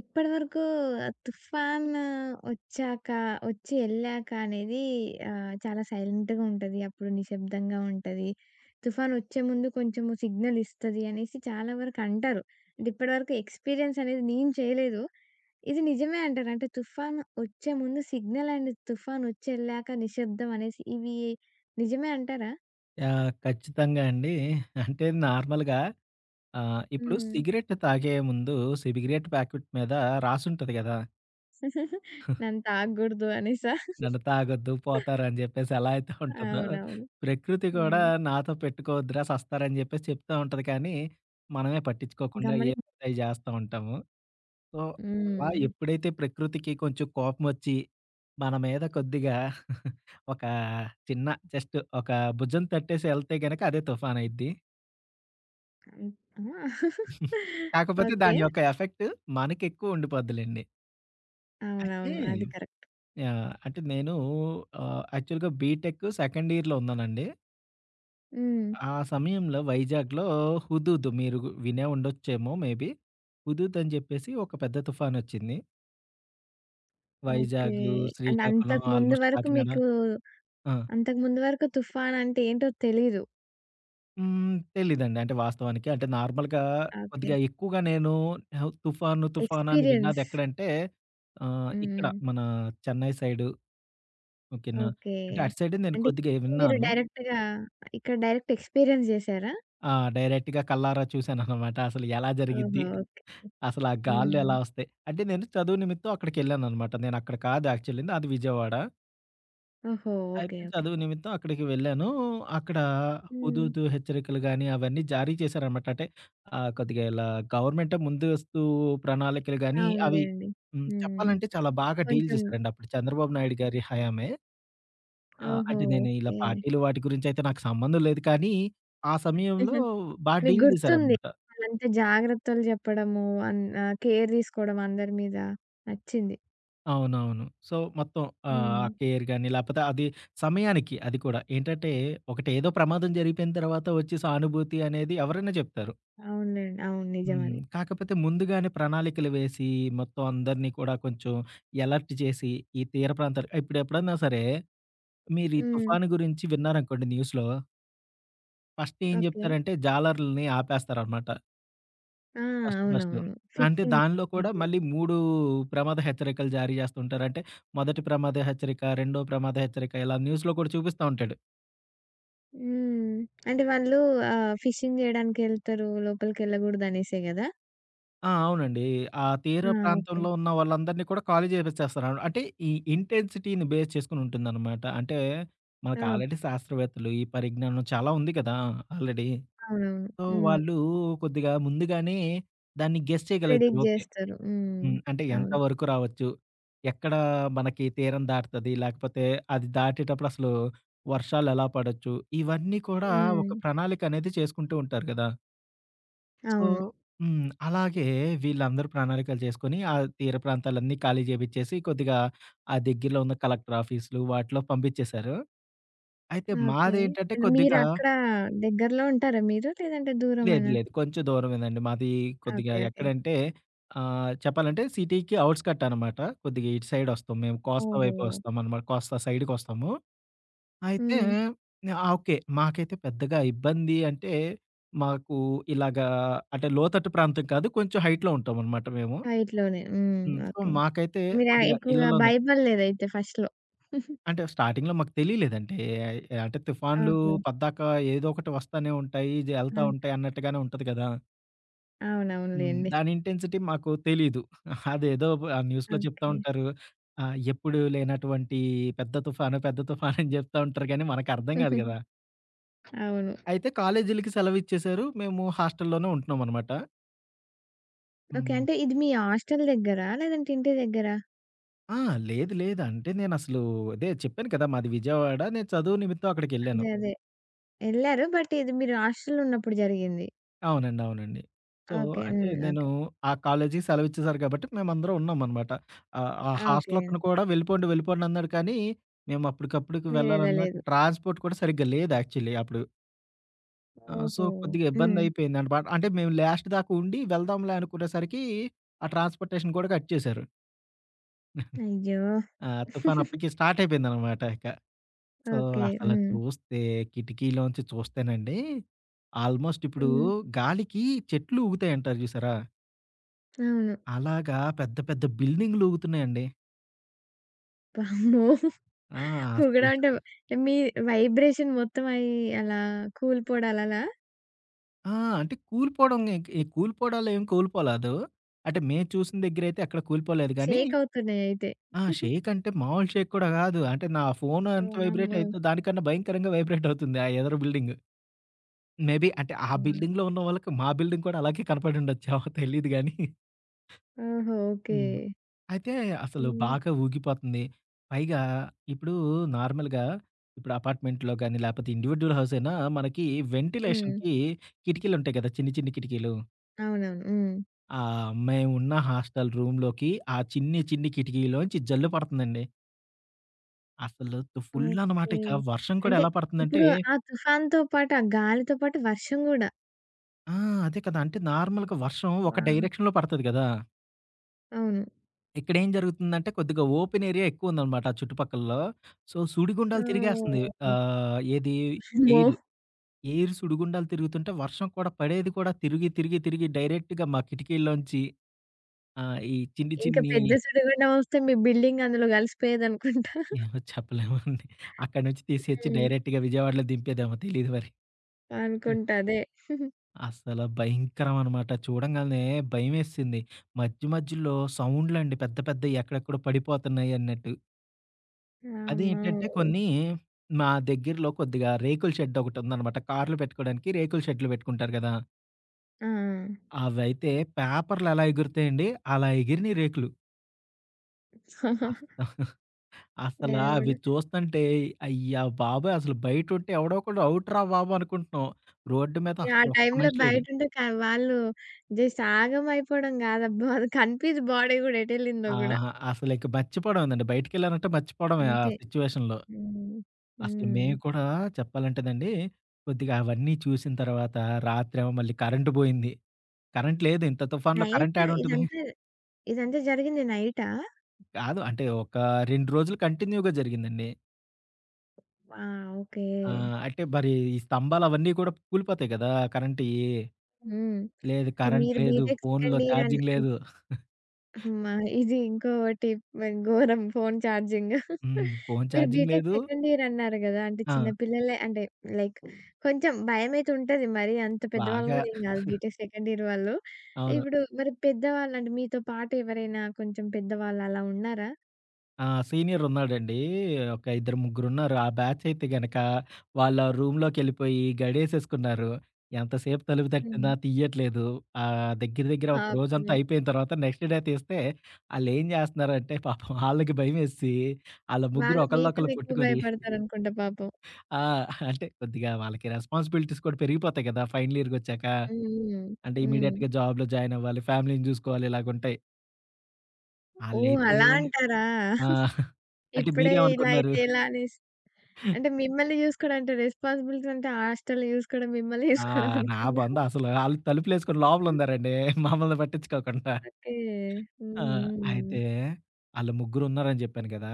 ఇప్పటివరకు 'తుఫాన్' వచ్చాక, వచ్చి ఎళ్ళాక అనేది చాలా సైలెంట్‌గా ఉంటది. అప్పుడు నిశ్శబ్దంగా ఉంటది. 'తుఫాన్' వచ్చే ముందు కొంచెం సిగ్నల్ ఇస్తది అనేసి చాలా వరకు అంటారు. అంటే ఇప్పటివరకు ఎక్స్‌పీరియన్స్ అనేది నేను చేయలేదు. ఇది నిజమే అంటారు. అంటే 'తుఫాన్' వచ్చే ముందు సిగ్నల్ అండ్ 'తుఫాన్' వచ్చి ఎళ్ళాక నిశ్శబ్దం అనేసి ఇవి నిజమే అంటారా? యాహ్! ఖచ్చితంగా అండి. అంటే నార్మల్‌గా ఇప్పుడు హ్మ్. సిగరెట్ తాగే ముందు సిగరెట్ ప్యాకెట్ మీద రాసుంటది గదా! నన్ను తాకగూడదు అనేసా? నన్ను తాగొద్దు, పోతారు అని జెప్పేసి ఎలా అయితే ఉంటదో, అవునవును. ప్రకృతి కూడా హ్మ్. నాతో పెట్టుకోవద్దురా సస్తారని జెప్పేసి చెప్తా ఉంటది కానీ, మనమే పట్టించుకోకుండా గమని ఏవి పడితే అయి జేస్తా ఉంటాము. సో, అలా హ్మ్. ఎప్పుడైతే ప్రకృతికి కొంచెం కోపమొచ్చి, మన మీద కొద్దిగా ఒక చిన్న జస్ట్ ఒక భుజం తట్టేసి ఎళ్తే గనక అదే తుఫానయిద్ది. హ్మ్. ఆ! కాకపోతే ఓకే. దాని యొక్క ఎఫెక్ట్ మనకెక్కువ ఉండిపోద్దిలెండి. అయితే అవునవును. అది కరెక్ట్. యాహ్! అంటే నేను యాక్చువల్‌గా బీటెక్ సెకండ్ ఇయర్‌లో ఉన్నానండి. హ్మ్. ఆ సమయంలో వైజాగ్‌లో హుదూద్ మీరు వినే ఉండొచ్చేమో మేబీ. హుదూద్ అని చెప్పేసి ఒక పెద్ద తుఫానొచ్చింది. ఓకే. వైజాగ్, అంటే శ్రీకాకుళం అంతకు ముందు ఆల్‌మోస్ట్ వరకు కాకినాడ. మీకు ఆ! అంతకు ముందు వరకు 'తుఫాన్' అంటే ఏంటో తెలీదు. హ్మ్. తెలీదండి. అంటే వాస్తవానికి అంటే నార్మల్‌గా ఓకే. కొద్దిగా ఎక్కువగా నేను తుఫాను, తుఫాను అని ఎక్స్‌పీరియన్స్. విన్నదెక్కడంటే ఇక్కడ హ్మ్. మన చెన్నై సైడు ఓకేనా. ఓకే. అంటే అటు సైడ్ నేను అంటే కొద్దిగా మీరు విన్నాను. డైరెక్ట్‌గా ఇక్కడ డైరెక్ట్ ఎక్స్‌పీరియన్స్ చేసారా? ఆ! డైరెక్ట్‌గా కళ్ళారా చూసాననమాట. అసలు ఎలా ఓహో! జరిగిద్ది? ఓకే. అసలు ఆ గాలులు హ్మ్. ఎలా వస్తాయి? అంటే నేను చదువు నిమిత్తం అక్కడికెళ్ళాననమాట. నేను అక్కడ కాదు యాక్చువల్లీ అది విజయవాడ. ఓహో! ఓకే. అయితే ఓకే. చదువు నిమిత్తం అక్కడికి వెళ్ళాను. అక్కడ హ్మ్. హుదూదు హెచ్చరికలు గాని అవన్నీ జారీ చేశారనమాట. అంటే కొద్దిగా ఇలా గవర్నమెంటే ముందస్తు ప్రణాళికలు గాని అవి. అవునులేండి. హ్మ్. హ్మ్. చెప్పాలంటే చాలా బాగా డీల్ కొంచెం చేశారండి. అప్పుడు చంద్రబాబు నాయుడు గారి హయామే. ఆ! ఓహో! అంటే నేను ఇలా ఓకే. పార్టీలు వాటి గురించయితే నాకు సంబంధం లేదు కానీ, ఆ సమయంలో బా మీకు డీల్ గుర్తుంది. చేశారనమాట. వాళ్ళంటే జాగ్రత్తలు చెప్పడము, కేర్ తీసుకోవడం అందరి మీద నచ్చింది. అవునవును. సో, మొత్తం ఆ హ్మ్. కేర్ గాని లేపోతే అది సమయానికి అది కూడా. ఏంటంటే ఒకటి ఏదో ప్రమాదం జరిగిపోయిన తర్వాత వచ్చే సానుభూతి అనేది ఎవరైనా చెప్తారు. అవునులెండి. అవును. నిజం హ్మ్. అది. కాకపోతే ముందుగానే ప్రణాళికలు వేసి, మొత్తం అందరిని కూడా కొంచెం ఎలర్ట్ చేసి, ఈ తీర ప్రాంతాలు ఇప్పుడు ఎప్పుడన్నా సరే మీరు ఈ హ్మ్. తుఫాను గురించి విన్నారనుకోండి న్యూస్‌లో, ఫస్ట్ ఏం ఓకే. చెప్తారంటే జాలర్లని ఆపేస్తారనమాట. ఆ! First first. అవునవును. అంటే ఫిషింగ్. దానిలో కూడా మళ్ళీ 3 ప్రమాద హెచ్చరికలు జారీ చేస్తుంటారు. అంటే మొదటి ప్రమాద హెచ్చరిక, రెండో ప్రమాద హెచ్చరిక ఇలా న్యూస్‌లో కూడా చూపిస్తా ఉంటాడు. హ్మ్. అంటే వాళ్ళు ఫిషింగ్ చేయడానికెళ్తారు. లోపలికెళ్ళకూడదనేసే గదా! ఆ! అవునండి. ఆ తీర ఆ! ఓకే. ప్రాంతంలో ఉన్న వాళ్ళందరిని కూడా ఖాళీ చేపిచ్చేస్తున్నారు. అంటే ఈ ఇంటెన్సిటీని బేస్ చేసుకొని ఉంటుందనమాట. అంటే మనకు ఓహ్! ఆల్రెడీ శాస్త్రవేత్తలు ఈ పరిజ్ఞానం చాలా ఉంది కదా! ఆల్రెడీ. అవునవును. సో, హ్మ్. వాళ్ళు కొద్దిగా ముందుగానే దాన్ని గెస్ చేయగలుగుతారు. Predict okay. జేస్తారు. హ్మ్. హ్మ్. అంటే ఎంత అవును. వరకు రావచ్చు? ఎక్కడ మనకి తీరం దాటుతది? లేకపోతే అది దాటేటప్పుడు అసలు వర్షాలు ఎలా పడొచ్చు? ఇవన్నీ కూడా హ్మ్. ఒక ప్రణాళిక అనేది చేసుకుంటూ ఉంటారు కదా! సో. అవును. హ్మ్. అలాగే వీళ్ళందరూ ప్రణాళికలు చేసుకొని, ఆ తీర ప్రాంతాలన్నీ ఖాళీ చేపిచ్చేసి, కొద్దిగా ఆ దగ్గరలో ఉన్న కలెక్టర్ ఆఫీసులు వాటిలో పంపించేశారు. అయితే ఓకే. మాదేంటంటే కొద్దిగా. మీరక్కడ దగ్గరలో ఉంటారా మీరు? లేదంటే లేదు. దూరమేనా? లేదు. కొంచెం దూరమేనండి. మాది కొద్దిగా ఓకే. ఓకే. ఎక్కడంటే చెప్పాలంటే సిటీకి ఔట్‌స్కట్ అనమాట. కొద్దిగా ఇటు సైడ్ వస్తాం. మేము కోస్తా ఓహో! వైపు వస్తామనమాట. కోస్తా సైడ్‌కొస్తాము. అయితే హ్మ్. ఆ! ఓకే. మాకైతే పెద్దగా ఇబ్బంది అంటే మాకు ఇలాగా అంటే లోతట్టు ప్రాంతం కాదు. కొంచెం హైట్‌లో ఉంటామనమాట మేము. హైట్‌లోనే. హ్మ్. హ్మ్. So, okay. మాకైతే మీరు కొద్దిగా ఎక్కువగా ఇళ్లలోనే భయపడలేదయితే ఫస్ట్‌లో. అంటే స్టార్టింగ్‌లో మాకు తెలియలేదండి. అంటే తుఫాన్లు ఓహో! పద్దాక ఏదో ఒకటి వస్తానే ఉంటాయి. ఎళ్తా అన్ ఉంటాయి అన్నట్టుగానే ఉంటది కదా! హ్మ్. అవునవునులెండి. దాని ఇంటెన్సిటీ మాకు తెలీదు. అదేదో ఆ న్యూస్‌లో చెప్తా ఓకే. ఉంటారు. ఎప్పుడు లేనటువంటి పెద్ద తుఫాను, పెద్ద తుఫాను అని చెప్తా ఉంటారు కానీ మనకర్థం కాదు కదా! అవును. అయితే కాలేజీలకి సెలవిచ్చేశారు. మేము హాస్టల్‌లోనే ఉంటున్నామనమాట. ఓకే. హ్మ్. అంటే ఇది మీ హాస్టల్ దగ్గరా? లేదంటే ఇంటి దగ్గరా? ఆ! లేదు లేదు. అంటే నేనసలు అదే చెప్పాను కదా! మాది విజయవాడ. నేను చదువు నిమిత్తం అక్కడికెళ్ళాను. అదే. అదే. ఎళ్లారు. బట్ ఇది మీరు హాస్టల్‌లో ఉన్నప్పుడు జరిగింది. అవునండి. అవునండి. So, okay. అంటే హ్మ్. నేను ఓకే. ఆ కాలేజీకి సెలవిచ్చేసారు కాబట్టి మేమందరం ఉన్నామనమాట. ఆ ఓకే. హాస్టలతను కూడా వెళ్ళిపోండి, వెళ్ళిపోండి అన్నాడు కానీ, మేము అప్పటికప్పుడుకి వెళ్ళాలన్నా మీరెళ్ళలేదు. ట్రాన్స్‌పోర్ట్ కూడా సరిగ్గా లేదు యాక్చువల్లీ అప్పుడు. సో, ఓహో! కొద్దిగా హ్మ్. ఇబ్బందయిపోయింది అనమాట. అంటే మేము లాస్ట్ దాకా ఉండి వెళ్దాంలే అనుకునేసరికి ఆ ట్రాన్స్‌పోర్టేషన్ కూడా కట్ చేశారు. అయ్యో! ఆ! తుఫాన్ అప్పటికి స్టార్ట్ అయిపోయిందనమాట ఇక. So, okay. అసలు హ్మ్. చూస్తే కిటికీలోంచి చూస్తేనండి ఆల్మోస్ట్ ఇప్పుడు హ్మ్. గాలికి చెట్లు ఊగుతాయంటారు చూసారా? అవును. అలాగా పెద్ద పెద్ద బిల్డింగులూగుతున్నాయండి. వామ్మో! ఆ! అసలు పొగడం అంటే మీ వైబ్రేషన్ మొత్తం అయి అలా కూలిపోవడాలలా? ఆ! అంటే కూలిపోవడం ఇంక ఈ కూలిపోవడాలేం కూలిపోలేదు. అంటే మేము చూసిన దగ్గరైతే ఎక్కడ కూలిపోలేదు గానీ, షేక్ అవుతున్నాయయితే. ఆ! షేక్ అంటే మామూలు షేక్ కూడా కాదు. అంటే నా ఫోన్ ఎంత వైబ్రేట్ వామ్మో! అయిద్దో దానికన్నా భయంకరంగా వైబ్రేట్ అవుతుంది ఆ ఎదర బిల్డింగు. మేబీ అంటే ఆ అవును. బిల్డింగ్‌లో ఉన్న వాళ్ళకి మా బిల్డింగ్ కూడా అలాగే కనపడుండొచ్చేమో తెలీదు గానీ. ఓహో! ఓకే. హ్మ్. అయితే అసలు హ్మ్. బాగా ఊగిపోతుంది. పైగా ఇప్పుడు నార్మల్‌గా ఇప్పుడు అపార్ట్మెంట్‌లో గాని, లేపోతే ఇండివిడ్యువల్ హౌస్ అయినా మనకి హ్మ్. వెంటిలేషన్‌కి కిటికీలుంటాయి కదా! చిన్ని, చిన్ని కిటికీలు. అవునవును. హ్మ్. మేమున్న హాస్టల్ రూమ్‌లోకి ఆ చిన్ని, చిన్ని కిటికీలోంచి జల్లు పడతందండి. అసలు ఫుల్ అనమాట. ఓకే. ఇక వర్షం కూడా అంటే ఎలా పడతందంటే ఇప్పుడు ఆ తుఫాన్‌తో పాటు, ఆ గాలితో పాటు వర్షం గూడా. ఆ! అదే కదా! అంటే నార్మల్‌గా వర్షం ఒక వా డైరెక్షన్‌లో పడతది కదా! అవును. ఇక్కడేం జరుగుతుందంటే కొద్దిగా ఓపెన్ ఏరియా ఎక్కువుందనమాట ఆ చుట్టుపక్కలలో. సో, సుడిగుండాలు తిరిగేస్తుంది. ఓహ్! ఏది అమ్మో! ఎయిరు. ఎయిర్ సుడిగుండాలు తిరుగుతుంటే వర్షం కూడా పడేది కూడా తిరిగి, తిరిగి, తిరిగి డైరెక్ట్‌గా మా కిటికీల్లోంచి ఈ చిన్ని, ఇంక చిన్ని. పెద్ద సుడిగుండం వస్తే మీ బిల్డింగ్ అందులో కలిసిపోయేదనుకుంటా. ఏమో చెప్పలేమండి. అక్కడి నుంచి తీసేచ్చి హ్మ్. డైరెక్ట్‌గా విజయవాడలో దింపేదేమో తెలీదు మరి. అనుకుంటా అదే. అసల భయంకరం అనమాట. చూడంగాల్నే భయమేసింది. మధ్య మధ్యలో సౌండ్లండి పెద్ద పెద్దయి ఎక్కడెక్కడో పడిపోతున్నాయి అన్నట్టు. వామ్మో! అదేంటంటే కొన్ని మా దగ్గరలో కొద్దిగా రేకుల షెడ్ ఒకటుందనమాట. కార్లు పెట్టుకోవడానికి రేకుల షెడ్‌లు పెట్టుకుంటారు గదా! ఆ! అవైతే పేపర్లు ఎలా ఎగురుతాయండి, అలా ఎగిరినియి రేకులు. అస్ అసలా అవి దేవుడా! చూస్తంటే అయ్య బాబోయ్! అసలు బయటుంటే ఎవడో ఒకడు అవుట్‌రా బాబు అనుకుంటున్నాం. రోడ్డు మీద ఆ అసలు ఒక్క టైంలో మనిషి లేడు. బయటుంటే క వాళ్ళు జస్ట్ ఆగమైపోవడం గాదబ్బా! అది కనిపియదు బాడీ గూడా ఎటెళ్ళిందో గూడా. ఆహా! అసలిక మర్చిపోవడమేనండి. బయటికెళ్ళానంటే మర్చిపోవడమే ఆ అంతే. సిట్యుయేషన్‌లో. హ్మ్. అసలు హ్మ్. మేము కూడా చెప్పాలంటేనండి, కొద్దిగా అవన్నీ చూసిన తర్వాత రాత్రేమో మళ్ళీ కరెంట్ బోయింది. కరెంట్ లేదు. ఇంత తుఫాన్‌లో కరెంట్ నైట్ ఏడుంటది? ఇదంతా ఇదంతా జరిగింది నైటా? కాదు. అంటే ఒక 2 రోజులు కంటిన్యూ‌గా జరిగిందండి. ఆ! ఓకే. ఆ! అంటే మరి ఈ స్తంభాలు అవన్నీ కూడా కూలిపోతాయి కదా! కరెంట్‌యి. హ్మ్. లేదు అంటే కరెంట్ మీరు లేదు. బీటెక్ ఫోన్‌లో సెకండ్ ఇయర్ అన్ ఛార్జింగ్ లేదు. అమ్మా! ఇది ఇంకోటి మరి ఘోరం ఫోను ఛార్జింగ్. హ్మ్. ఫోన్ మీరు ఛార్జింగ్ బీటెక్ లేదు. సెకండ్ ఇయర్ అన్నారు గదా! అంటే ఆ! చిన్న పిల్లలే అంటే లైక్ కొంచెం భయమైతే ఉంటది. మరి అంత పెద్దవాళ్ళు బాగా గూడా ఏం గాదు. బీటెక్ సెకండ్ ఇయర్ వాళ్ళు. అవును. ఇప్పుడు మరి పెద్దవాళ్ళు అంటే మీతో పాటు ఎవరైనా కొంచెం పెద్దవాళ్ళు అలా ఉన్నారా? ఆ! సీనియరున్నాడండి. ఒక ఇద్దరు ముగ్గురున్నారు. ఆ బ్యాచయితే గనక వాళ్ళ రూమ్‌లోకెళ్ళిపోయి గడేసేసుకున్నారు. ఎంతసేపు తలుపు తట్టినా హ్మ్. తీయట్లేదు. దగ్గర దగ్గర ఒక రోజంతా పాపము. అయిపోయిన తర్వాత నెక్స్ట్ డే తీస్తే ఆళ్ళేం జేస్తన్నారంటే పాపం ఆళ్ళకి భయమేసి ఆళ్ళ ముగ్గురు వాళ్ళు ఒకళ్ళనొకళ్ళు మీకన్నా ఎక్కువ కొట్టుకొని. భయపడతారనుకుంటా పాపం. ఆ! అంటే కొద్దిగా వాళ్ళకి రెస్పాన్సిబిలిటీస్ కూడా పెరిగిపోతాయి గదా! ఫైనల్ ఇయర్‌కొచ్చాక. హ్మ్. హ్మ్. అంటే హ్మ్. ఇమ్మీడియేట్‌గా జాబ్‌లో జాయిన్ అవ్వాలి. ఫ్యామిలీని జూసుకోవాలి. ఇలాగుంటాయి. ఓహ్! ఆళ్ళైతే. అలా అంటారా? ఆ! అంటే ఇప్పుడే ఇలా మీరేమనుకున్నారు? అయితే ఎలా అనేసి. అంటే మిమ్మల్ని జూసుకోవడం అంటే రెస్పాన్సిబిలిటీ అంటే హాస్టల్‌ని జూసుకోవడం, మిమ్మల్ని ఆ! జూసుకోవడం నా అనుకున్నా. బందసలు ఆళ్ళు తలుపులేసుకొని లోపలున్నారండి. మమ్మల్ని పట్టించుకోకుండా. ఓకే. హుహు. ఆ! అయితే ఆళ్ళు ముగ్గురున్నారని జెప్పాను గదా!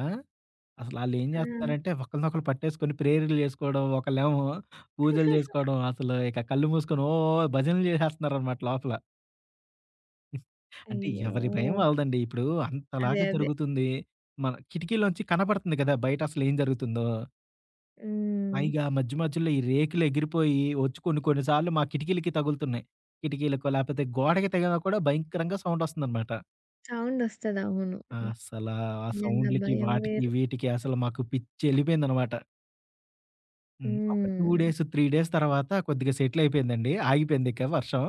అసలాళ్ళేం ఆ! జేస్తున్నారంటే ఒకళ్ళనొకళ్ళు పట్టేసుకొని ప్రేయర్లు జేసుకోవడం, ఒకళ్ళేమో పూజలు జేసుకోవడం, అసలు ఇక కళ్ళు మూసుకొని ఓ భజనలు జేసేస్తున్నారనమాట లోపల. అంటే ఎవరి భయం అయ్యో! వాళ్ళదండి. ఇప్పుడు అదే. అంతలాగా అదే. జరుగుతుంది. మన కిటికీలోంచి కనపడుతుంది గదా! బయట అసలేం జరుగుతుందో. హ్మ్. పైగా మధ్య మధ్యలో ఈ రేకులు ఎగిరిపోయి వచ్చి కొన్ని కొన్ని సార్లు మా కిటికీలకి తగులుతున్నాయి. కిటికీలకో లేపోతే గోడకి తగిలినా కూడా భయంకరంగా సౌండ్ వస్తుందనమాట. సౌండొస్తది. అవును. అస్సలా ఆ నిజంగా సౌండ్‌లకి, భయం వాటికి, వేరు. వీటికి అసలు మాకు పిచ్చెళ్ళిపోయిందనమాట. హ్మ్. ఒక 2 హ్మ్. డేస్, 3 డేస్ తర్వాత కొద్దిగా సెటిల్ అయిపోయిందండి. ఆగిపోయిందిక వర్షం.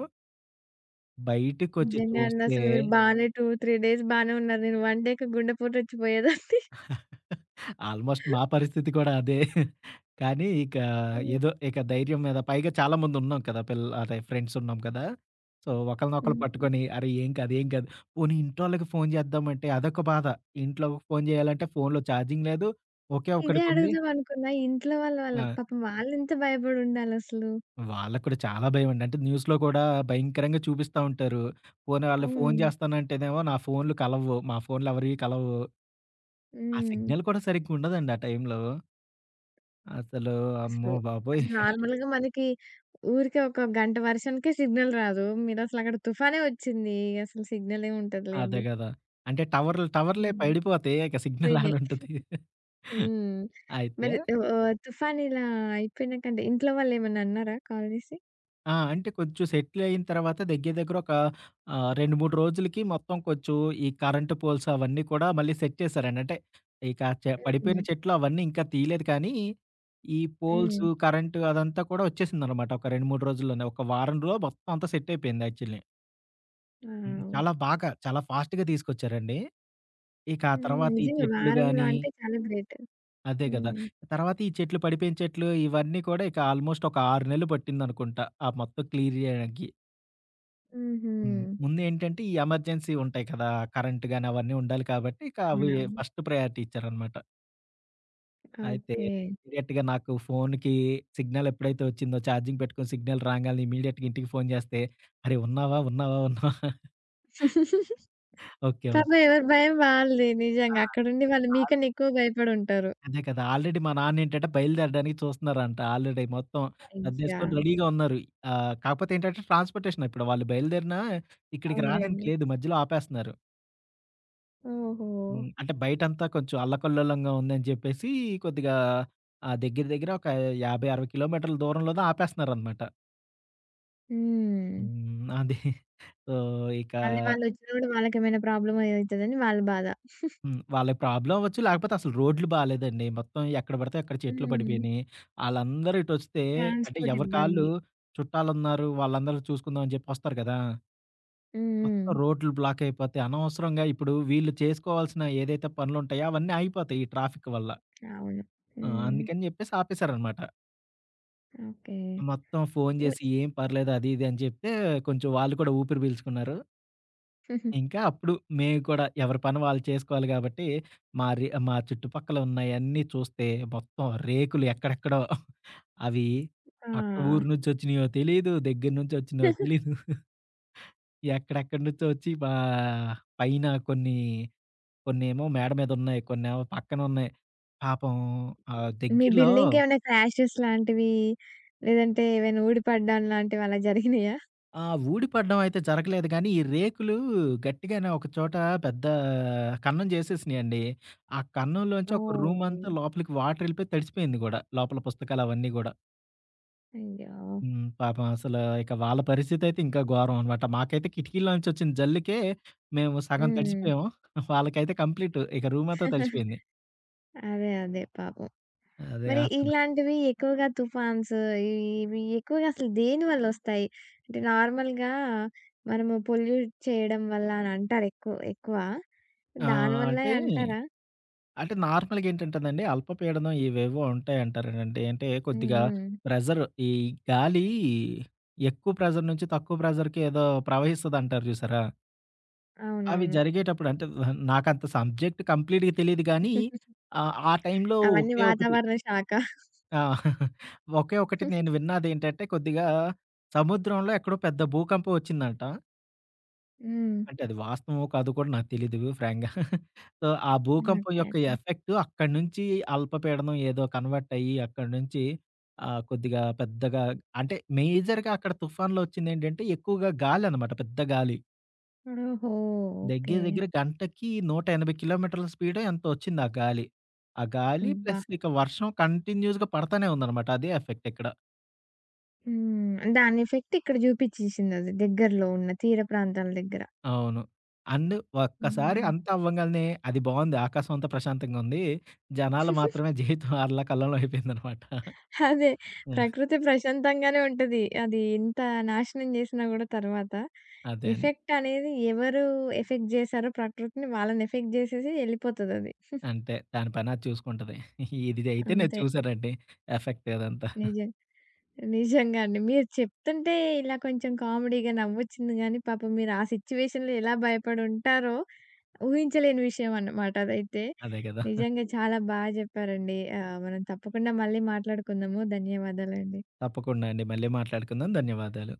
బయటికొచ్చి నిజంగా అండి. చూస్తే అసలు మీరు బానే 2, 3 డేస్ బానే ఉన్నారు. నేను 1 డేకి గుండెపోటొచ్చి పోయేదాన్ని. ఆల్మోస్ట్ మా పరిస్థితి కూడా అదే. కానీ ఇక హ్మ్. ఏదో ఇక ధైర్యం మీద పైగా చాలా మందున్నాం కదా! అదే ఫ్రెండ్స్ ఉన్నాం కదా! సో, ఒకళ్ళనొకళ్ళు హ్మ్. పట్టుకొని అరే! ఏం కాదు, ఏం కాదు. పోనీ ఇంటోళ్ళకి ఫోను చేద్దామంటే అదొక బాధ. ఇంట్లో ఫోను చేయాలంటే ఫోనులో ఛార్జింగ్ లేదు. ఒకే ఇదే ఒక్కడికుంది. అడుగుదాం అనుకున్నా. ఇంట్లో వాళ్ళ ఆ! పాపం వాళ్ళెంత భయపడుండాలసలు. వాళ్ళకి కూడా చాలా భయమండి. అంటే న్యూస్‌లో కూడా భయంకరంగా చూపిస్తా ఉంటారు. పోనీ వాళ్ళు ఫోను అవును. చేస్తానంటేనేమో నా ఫోనులు కలవవు. మా ఫోనులు ఎవరివి కలవవు. ఆ హ్మ్. సిగ్నల్ కూడా సరిగ్గా ఉండదండి ఆ టైంలో. అసలు అసలు, అమ్మో బాబోయ్! అసలు నార్మల్‌గా మనకి ఊరికే ఒక గంట వర్షానికే సిగ్నల్ రాదు. మీరసలు అక్కడ తుఫానే వచ్చింది. అసలు సిగ్నల్ ఏముంటది అదే లెండి. గదా! అంటే టవర్లు టవర్లే హ్మ్. పడిపోతే ఇక సిగ్నల్ పోయినాయి. యాడుంటది. హ్మ్. అయితే మరి ఓహ్! తుఫాన్ ఇలా అయిపోయినాకంటే ఇంట్లో వాళ్ళేమన్నా అన్నారా కాల్ చేసి? ఆ! అంటే కొంచెం సెటిల్ అయిన తర్వాత దగ్గర దగ్గర ఒక 2, 3 రోజులకి మొత్తం కొంచెం ఈ కరెంట్ పోల్స్ అవన్నీ కూడా మళ్ళీ సెట్ చేశారండి. అంటే ఇక హుహు. పడిపోయిన చెట్లు అవన్నీ ఇంకా తీయలేదు కానీ, ఈ పోల్స్, హ్మ్. కరెంట్ అదంతా కూడా వచ్చేసిందనమాట. ఒక 2, 3 రోజుల్లోనే. ఒక వారంలో మొత్తం అంతా సెట్ అయిపోయింది యాక్చువల్లీ. హ్మ్. వావ్! చాలా బాగా చాలా ఫాస్ట్‌గా తీసుకొచ్చారండి. ఇక ఆ హ్మ్. తర్వాత ఈ నిజంగా చెట్లు వారంలో గాని. అంటే చాలా గ్రేట్. అదే గదా! హ్మ్. తర్వాత ఈ చెట్లు పడిపోయిన చెట్లు ఇవన్నీ కూడా ఇక ఆల్మోస్ట్ ఒక 6 నెలలు పట్టిందనుకుంటా. ఆ మొత్తం క్లియర్ జేయడానికి. హుహు. హ్మ్. ముందేంటంటే ఈ ఎమర్జెన్సీ ఉంటాయి కదా! కరెంట్ గాని అవన్నీ ఉండాలి కాబట్టి ఇక అవి అవునవును. ఫస్ట్ ప్రయారిటీ ఇచ్చారనమాట. అయితే ఓకే. ఇమ్మీడియేట్‌గా నాకు ఫోనుకి సిగ్నల్ ఎప్పుడైతే వచ్చిందో ఛార్జింగ్ పెట్టుకొని సిగ్నల్ రాంగాల్నే ఇమ్మీడియేట్‌గా ఇంటికి ఫోను జేస్తే "అరే! ఉన్నావా? ఉన్నావా? ఉన్నావా?" ఓకే. ఓకే. పాపం ఎవరి భయం వాళ్ళది ఆ! నిజంగా. అక్కడుండి వాళ్ళు ఆ! మీకన్నా ఎక్కువ భయపడుంటారు. అదే కదా! ఆల్రెడీ మా నాన్నేంటంటే బయలుదేరడానికి చూస్తున్నారంట. ఆల్రెడీ మొత్తం అయ్యా! సర్దేసుకొని రెడీగా ఉన్నారు. కాకపోతే ఏంటంటే ట్రాన్స్‌పోర్టేషన్ ఇప్పుడు వాళ్ళు బయలుదేరినా ఇక్కడికి రాడానికి అవునులెండి. లేదు. మధ్యలో ఆపేస్తున్నారు. ఓహో! హ్మ్. అంటే బయటంతా కొంచెం అల్లకల్లోలంగా ఉందని జెప్పేసి కొద్దిగా ఆ దగ్గర దగ్గర ఒక 50, 60 కిలోమీటర్ల దూరంలోనో ఆపేస్తున్నారనమాట. హ్మ్. హ్మ్. అది. సో, ఇక. మళ్ళీ వాళ్ళొచ్చినా గూడా వాళ్ళకేమైనా ప్రాబ్లమ్ అయితదని వాళ్ళ బాధ. హ్మ్. వాళ్ళకి ప్రాబ్లమ్ అవ్వచ్చు. లేకపోతే అసలు రోడ్లు బాలేదండి. మొత్తం ఎక్కడ పడితే అక్కడ చెట్లు హ్మ్. పడిపోయినియి. ఆళ్ళందరూ ఇటొస్తే అంటే ట్రాన్స్‌పోర్ట్ ఎవరి కాళ్ళు ఇబ్బంది. చుట్టాలున్నారు, వాళ్ళందరూ చూసుకుందాం అని చెప్పి వస్తారు కదా! హ్మ్. మొత్తం రోడ్లు బ్లాక్ అయిపోతే అనవసరంగా ఇప్పుడు వీళ్ళు చేసుకోవాల్సిన ఏదైతే పనులుంటాయో అవన్నీ ఆగిపోతాయి ఈ ట్రాఫిక్ వల్ల. హ్మ్. అవును. ఆ! హ్మ్. అందుకని చెప్పేసి ఆపేశారనమాట. ఓకే. మొత్తం ఫోను చేసి ఏం పర్లేదు అది ఇది అని చెప్తే కొంచెం వాళ్ళు కూడా ఊపిరి పీల్చుకున్నారు. హ్మ్. ఇంకా అప్పుడు మేము కూడా ఎవరి పని వాళ్ళు చేసుకోవాలి కాబట్టి, మా చుట్టుపక్కల ఉన్నయన్నీ చూస్తే మొత్తం రేకులు ఎక్కడెక్కడో అవి ఆ! పక్క ఊరు నుంచొచ్చినయో తెలీదు, దగ్గర నుంచొచ్చినయో తెలీదు. ఎక్కడెక్కడి నుంచో వచ్చి మా పైన కొన్ని కొన్నేమో మేడ మీద ఉన్నాయి. కొన్నేమో పక్కన ఉన్నాయి. పాపం మీ దగ్గరలో. బిల్డింగ్‌కేమైనా క్రాషెస్ లాంటివి లేదంటే ఏవైనా ఊడిపడడం లాంటివి అలా జరిగినాయా? ఆ! ఊడిపడడం అయితే జరగలేదు గానీ, ఈ రేకులు గట్టిగానే ఒక చోట పెద్ద కన్నం చేసేసినియండి. ఆ కన్నంలోంచి ఒక రూమంతా ఓహ్! లోపలికి వాటరెళ్ళిపోయి తడిసిపోయింది గూడా. లోపల పుస్తకాలవన్నీ గూడా. అయ్యో! హ్మ్. పాపం అసలు ఇక వాళ్ళ పరిస్థితయితే ఇంకా ఘోరం అనమాట. మాకైతే కిటికీలోంచి వచ్చిన జల్లుకే మేము సగం హ్మ్. తడిసిపోయాము. వాళ్ళకైతే కంప్లీట్ ఇక రూమంతా తడిసిపోయింది. అదే. పాపం. అదే మరి అసలు. ఇలాంటివి ఎక్కువగా తుఫాన్స్ ఇవి ఇవి ఎక్కువగా అసలు దేనివల్లొస్తాయి? అంటే నార్మల్‌గా మనము పొల్యూట్ చేయడం వల్ల అని అంటారు ఎక్కువ ఎక్కువ. ఆ! దానివల్లే అంటే అంటారా? అంటే నార్మల్‌గా ఏంటంటేనండి, అల్పపీడనం ఇవేవో ఉంటాయంటారేనండి. అంటే హ్మ్. కొద్దిగా హ్మ్. ప్రెషర్ ఈ గాలి ఎక్కువ ప్రెషర్ నుంచి తక్కువ ప్రెషర్‌కి ఏదో ప్రవహిస్తదంటారు జూసారా? అవి అవునవును. జరిగేటప్పుడు అంటే నాకంత సబ్జెక్ట్ కంప్లీట్‌గా తెలీదు గానీ ఆ టైంలో అవన్నీ ఒకే ఒకటి. వాతావరణ శాఖ. ఆ! ఒకే ఒకటి హ్మ్. నేను విన్నదేంటంటే కొద్దిగా సముద్రంలో ఎక్కడో పెద్ద భూకంపం ఒచ్చిందంట. అంటే అది వాస్తవమో కాదో కూడా నాకు తెలీదు ఫ్రాంక్‌గా. సో, ఆ భూకంపం ఓకే. యొక్క ఓకే. ఎఫెక్ట్ అక్కడి నుంచి అల్పపీడనం ఏదో కన్వర్ట్ అయ్యి అక్కడి నుంచి కొద్దిగా పెద్దగా అంటే మేజర్‌గా అక్కడ తుఫాన్‌లో వచ్చిందేంటంటే ఎక్కువగా గాలనమాట. పెద్ద గాలి. ఓహో! ఓకే. దగ్గర దగ్గర గంటకి 180 కిలోమీటర్ల స్పీడో ఎంతో వచ్చింది ఆ గాలి. ఆ గాలి అబ్బా! ప్లస్ ఇక వర్షం కంటిన్యూస్‌గా పడతానే ఉందనమాట. అదే ఎఫెక్ట్ ఇక్కడ. హ్మ్. దాని ఎఫెక్ట్ ఇక్కడ చూపించేసిందది దగ్గరలో ఉన్న తీర ప్రాంతాల దగ్గర. అవును. అండ్ ఒక్కసారి హ్మ్. అంతా అవ్వంగాల్నే అది బావుంది. ఆకాశం అంతా ప్రశాంతంగా ఉంది. జనాలు మాత్రమే జీవితం అల్ల కల్లోలం అయిపోయిందనమాట. అదే. ఆ! ప్రకృతి ప్రశాంతంగానే ఉంటది. అది ఎంత నాశనం జేసినా గూడా తర్వాత. అదే అండి. ఎఫెక్ట్ అనేది ఎవరు ఎఫెక్ట్ జేశారో ప్రకృతిని వాళ్ళని ఎఫెక్ట్ జేసేసి ఎళ్ళిపోతదది. అంతే దాని పనది చూసుకుంటది. ఇది అయితే నేను అంతే. చూసానండి ఎఫెక్ట్ అదంతా. నిజం. నిజంగా అండి. మీరు చెప్తుంటే ఇలా కొంచెం కామెడీగా నవ్వొచ్చింది గానీ, పాపం మీరు ఆ సిట్యుయేషన్‌లో ఎలా భయపడి ఉంటారో ఊహించలేని విషయం అన్నమాట అదైతే. అదే కదా! నిజంగా చాలా బా జెప్పారండి. మనం తప్పకుండా మళ్ళీ మాట్లాడుకుందాము. ధన్యవాదాలండి. తప్పకుండా అండి. మళ్ళీ మాట్లాడుకుందాం. ధన్యవాదాలు.